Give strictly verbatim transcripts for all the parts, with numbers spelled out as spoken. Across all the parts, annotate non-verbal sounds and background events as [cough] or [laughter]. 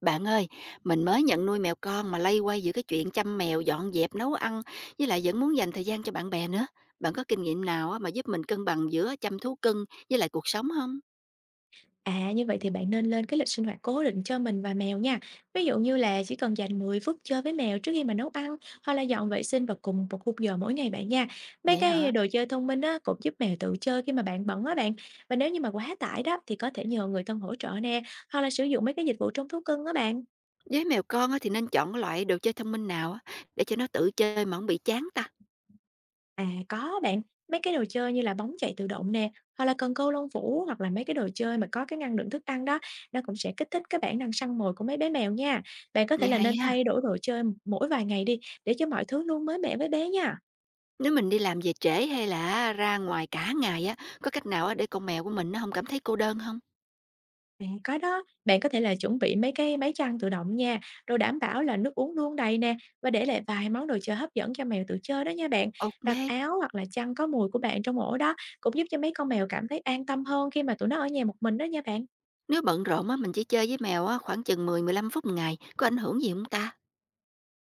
Bạn ơi, mình mới nhận nuôi mèo con mà lay quay giữa cái chuyện chăm mèo, dọn dẹp, nấu ăn với lại vẫn muốn dành thời gian cho bạn bè nữa. Bạn có kinh nghiệm nào á mà giúp mình cân bằng giữa chăm thú cưng với lại cuộc sống không? À, như vậy thì bạn nên lên cái lịch sinh hoạt cố định cho mình và mèo nha. Ví dụ như là chỉ cần dành mười phút chơi với mèo trước khi mà nấu ăn hoặc là dọn vệ sinh vào cùng một khung giờ mỗi ngày bạn nha. Mấy Vậy hả? cái đồ chơi thông minh á, cũng giúp mèo tự chơi khi mà bạn bận á bạn. Và nếu như mà quá tải đó thì có thể nhờ người thân hỗ trợ nè, hoặc là sử dụng mấy cái dịch vụ trông thú cưng á bạn. Với mèo con á thì nên chọn cái loại đồ chơi thông minh nào á để cho nó tự chơi mà không bị chán ta. À, có bạn. Mấy cái đồ chơi như là bóng chạy tự động nè, hoặc là cần câu lông vũ, hoặc là mấy cái đồ chơi mà có cái ngăn đựng thức ăn đó, nó cũng sẽ kích thích cái bản năng săn mồi của mấy bé mèo nha. Bạn có thể Nghe là hay nên ha. thay đổi đồ chơi mỗi vài ngày đi, để cho mọi thứ luôn mới mẻ với bé nha. Nếu mình đi làm về trễ hay là ra ngoài cả ngày á, có cách nào á để con mèo của mình nó không cảm thấy cô đơn không? À, có đó, bạn có thể là chuẩn bị mấy cái máy chăn tự động nha, rồi đảm bảo là nước uống luôn đầy nè, và để lại vài món đồ chơi hấp dẫn cho mèo tự chơi đó nha bạn. Đặt Ok. áo hoặc là chăn có mùi của bạn trong ổ đó, cũng giúp cho mấy con mèo cảm thấy an tâm hơn khi mà tụi nó ở nhà một mình đó nha bạn. Nếu bận rộn á, mình chỉ chơi với mèo á khoảng chừng mười mười lăm phút một ngày, có ảnh hưởng gì không ta?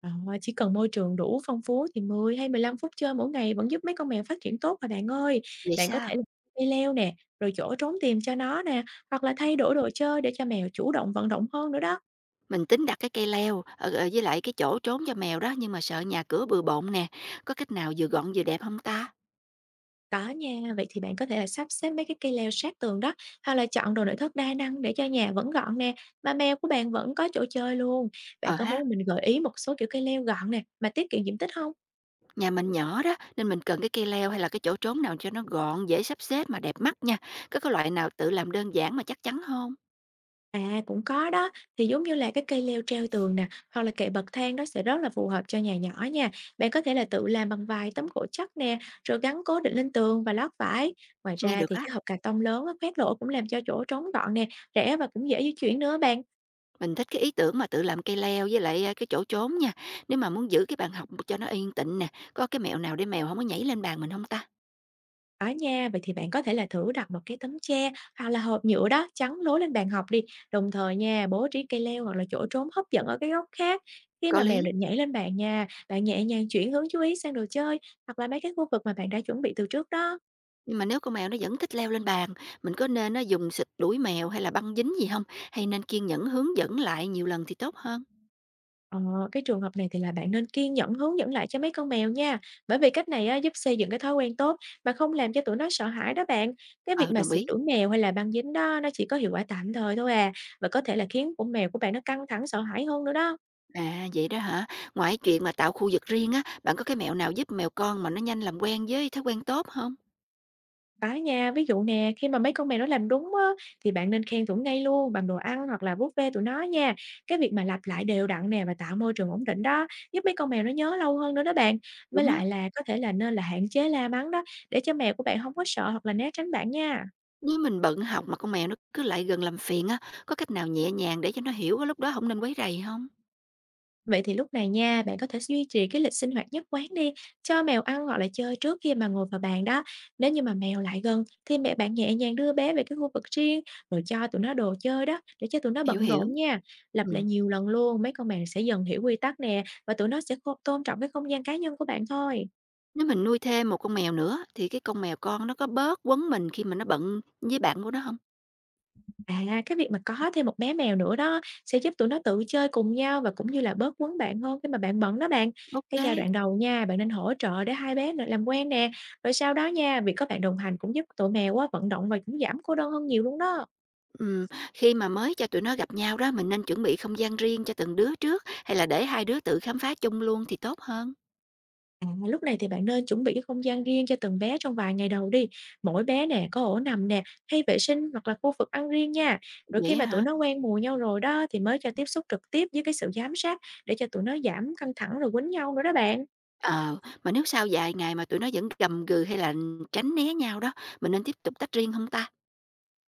Ờ, chỉ cần môi trường đủ phong phú thì mười hay mười lăm phút chơi mỗi ngày vẫn giúp mấy con mèo phát triển tốt mà bạn ơi. Vậy Bạn có thể sao? là [laughs] cây leo nè, rồi chỗ trốn tìm cho nó nè, hoặc là thay đổi đồ chơi để cho mèo chủ động vận động hơn nữa đó. Mình tính đặt cái cây leo, ờ, ờ, với lại cái chỗ trốn cho mèo đó, nhưng mà sợ nhà cửa bừa bộn nè. Có cách nào vừa gọn vừa đẹp không ta? Có nha, vậy thì bạn có thể là sắp xếp mấy cái cây leo sát tường đó, hoặc là chọn đồ nội thất đa năng để cho nhà vẫn gọn nè, mà mèo của bạn vẫn có chỗ chơi luôn. Bạn Ờ có ha, muốn mình gợi ý một số kiểu cây leo gọn nè, mà tiết kiệm diện tích không? nhà mình nhỏ đó, nên mình cần cái cây leo hay là cái chỗ trốn nào cho nó gọn, dễ sắp xếp mà đẹp mắt nha. Có cái loại nào tự làm đơn giản mà chắc chắn không? À, cũng có đó, thì giống như là cái cây leo treo tường nè, hoặc là kệ bậc thang đó sẽ rất là phù hợp cho nhà nhỏ nha. Bạn có thể là tự làm bằng vài tấm gỗ chắc nè, rồi gắn cố định lên tường và lót vải. Ngoài Nghe ra được thì á, cái hộp cà tông lớn á, khoét lỗ cũng làm cho chỗ trống gọn nè, rẻ và cũng dễ di chuyển nữa bạn. mình thích cái ý tưởng mà tự làm cây leo với lại, a, cái chỗ trốn nha. Nếu mà muốn giữ cái bàn học cho nó yên tĩnh nè, có cái mẹo nào để mèo không có nhảy lên bàn mình không ta? Ở nhà vậy thì bạn có thể là thử đặt một cái tấm tre hoặc là hộp nhựa đó chắn lối lên bàn học đi. Đồng thời nha, bố trí cây leo hoặc là chỗ trốn hấp dẫn ở cái góc khác. Khi Có mà mèo lý. định nhảy lên bạn nha, bạn nhẹ nhàng chuyển hướng chú ý sang đồ chơi, hoặc là mấy cái khu vực mà bạn đã chuẩn bị từ trước đó. Nhưng mà nếu con mèo nó vẫn thích leo lên bàn, mình có nên nó dùng xịt đuổi mèo hay là băng dính gì không? Hay nên kiên nhẫn hướng dẫn lại nhiều lần thì tốt hơn? Ờ, cái trường hợp này thì là bạn nên kiên nhẫn hướng dẫn lại cho mấy con mèo nha. Bởi vì cách này á, giúp xây dựng cái thói quen tốt mà không làm cho tụi nó sợ hãi đó bạn. Cái việc Ờ, mà đồng xịt ý. đuổi mèo hay là băng dính đó nó chỉ có hiệu quả tạm thời thôi à. Và có thể là khiến của mèo của bạn nó căng thẳng sợ hãi hơn nữa đó. À, vậy đó hả? Ngoài chuyện mà tạo khu vực riêng á, bạn có cái mẹo nào giúp mèo con mà nó nhanh làm quen với thói quen tốt không? Có nha, ví dụ nè, khi mà mấy con mèo nó làm đúng á, thì bạn nên khen tụi ngay luôn bằng đồ ăn hoặc là vuốt ve tụi nó nha. Cái việc mà lặp lại đều đặn nè và tạo môi trường ổn định đó, giúp mấy con mèo nó nhớ lâu hơn nữa đó bạn. Với Đúng á, lại là có thể là nên là hạn chế la mắng đó, để cho mèo của bạn không có sợ hoặc là né tránh bạn nha. nếu mình bận học mà con mèo nó cứ lại gần làm phiền á, có cách nào nhẹ nhàng để cho nó hiểu á lúc đó không nên quấy rầy không? Vậy thì lúc này nha, bạn có thể duy trì cái lịch sinh hoạt nhất quán đi, cho mèo ăn hoặc là chơi trước khi mà ngồi vào bàn đó. Nếu như mà mèo lại gần thì mẹ bạn nhẹ nhàng đưa bé về cái khu vực riêng, rồi cho tụi nó đồ chơi đó để cho tụi nó Hiểu, bận hiểu. rộn nha. Lặp lại Ừm, nhiều lần luôn, mấy con mèo sẽ dần hiểu quy tắc nè và tụi nó sẽ khô- tôn trọng cái không gian cá nhân của bạn thôi. nếu mình nuôi thêm một con mèo nữa thì cái con mèo con nó có bớt quấn mình khi mà nó bận với bạn của nó không? À, cái việc mà có thêm một bé mèo nữa đó sẽ giúp tụi nó tự chơi cùng nhau và cũng như là bớt quấn bạn hơn khi mà bạn bận đó bạn. Cái giai OK. đoạn đầu nha, bạn nên hỗ trợ để hai bé nữa làm quen nè. Rồi sau đó nha, việc có bạn đồng hành cũng giúp tụi mèo á, vận động và cũng giảm cô đơn hơn nhiều luôn đó. Ừm, khi mà mới cho tụi nó gặp nhau đó, mình nên chuẩn bị không gian riêng cho từng đứa trước, hay là để hai đứa tự khám phá chung luôn thì tốt hơn? À, lúc này thì bạn nên chuẩn bị cái không gian riêng cho từng bé trong vài ngày đầu đi. Mỗi bé nè, có ổ nằm nè, hay vệ sinh hoặc là khu vực ăn riêng nha. Rồi khi Vậy mà tụi hả? nó quen mùi nhau rồi đó thì mới cho tiếp xúc trực tiếp với cái sự giám sát để cho tụi nó giảm căng thẳng rồi quýnh nhau nữa đó bạn. Ờ, mà nếu sau vài ngày mà tụi nó vẫn gầm gừ hay là tránh né nhau đó, mình nên tiếp tục tách riêng không ta?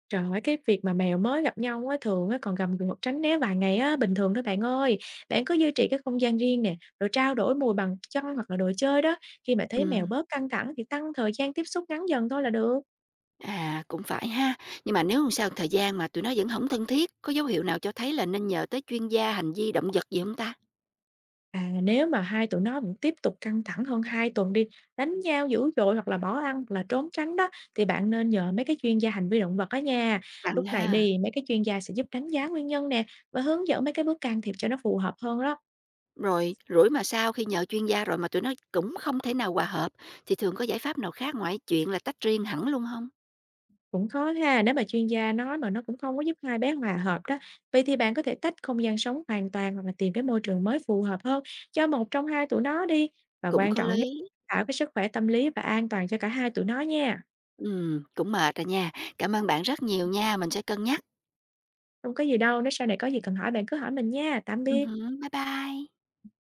Trời ơi, cái việc mà mèo mới gặp nhau á, thường á, còn gầm gừ hoặc tránh né vài ngày á, bình thường thôi bạn ơi. Bạn cứ duy trì cái không gian riêng nè, rồi trao đổi mùi bằng chân hoặc là đồ chơi đó. Khi mà thấy mèo Ừm, bớt căng thẳng thì tăng thời gian tiếp xúc ngắn dần thôi là được. à, cũng phải ha. Nhưng mà nếu sau thời gian mà tụi nó vẫn không thân thiết, có dấu hiệu nào cho thấy là nên nhờ tới chuyên gia hành vi động vật gì không ta? À, nếu mà hai tụi nó vẫn tiếp tục căng thẳng hơn hai tuần đi, đánh nhau dữ dội hoặc là bỏ ăn hoặc là trốn tránh đó, thì bạn nên nhờ mấy cái chuyên gia hành vi động vật đó nha. Lúc Cần này ha. đi, mấy cái chuyên gia sẽ giúp đánh giá nguyên nhân nè và hướng dẫn mấy cái bước can thiệp cho nó phù hợp hơn đó. Rồi rủi mà sau khi nhờ chuyên gia rồi mà tụi nó cũng không thể nào hòa hợp, thì thường có giải pháp nào khác ngoài chuyện là tách riêng hẳn luôn không? Cũng khó ha, nếu mà chuyên gia nói mà nó cũng không có giúp hai bé hòa hợp đó. Vậy thì bạn có thể tách không gian sống hoàn toàn hoặc là tìm cái môi trường mới phù hợp hơn cho một trong hai tụi nó đi. Và Cũng quan có trọng nhất lý, là tạo cái sức khỏe tâm lý và an toàn cho cả hai tụi nó nha. ừm, cũng mệt rồi nha. Cảm ơn bạn rất nhiều nha, mình sẽ cân nhắc. Không có gì đâu, nếu sau này có gì cần hỏi bạn cứ hỏi mình nha. Tạm Ừm biệt. hứm, bye bye.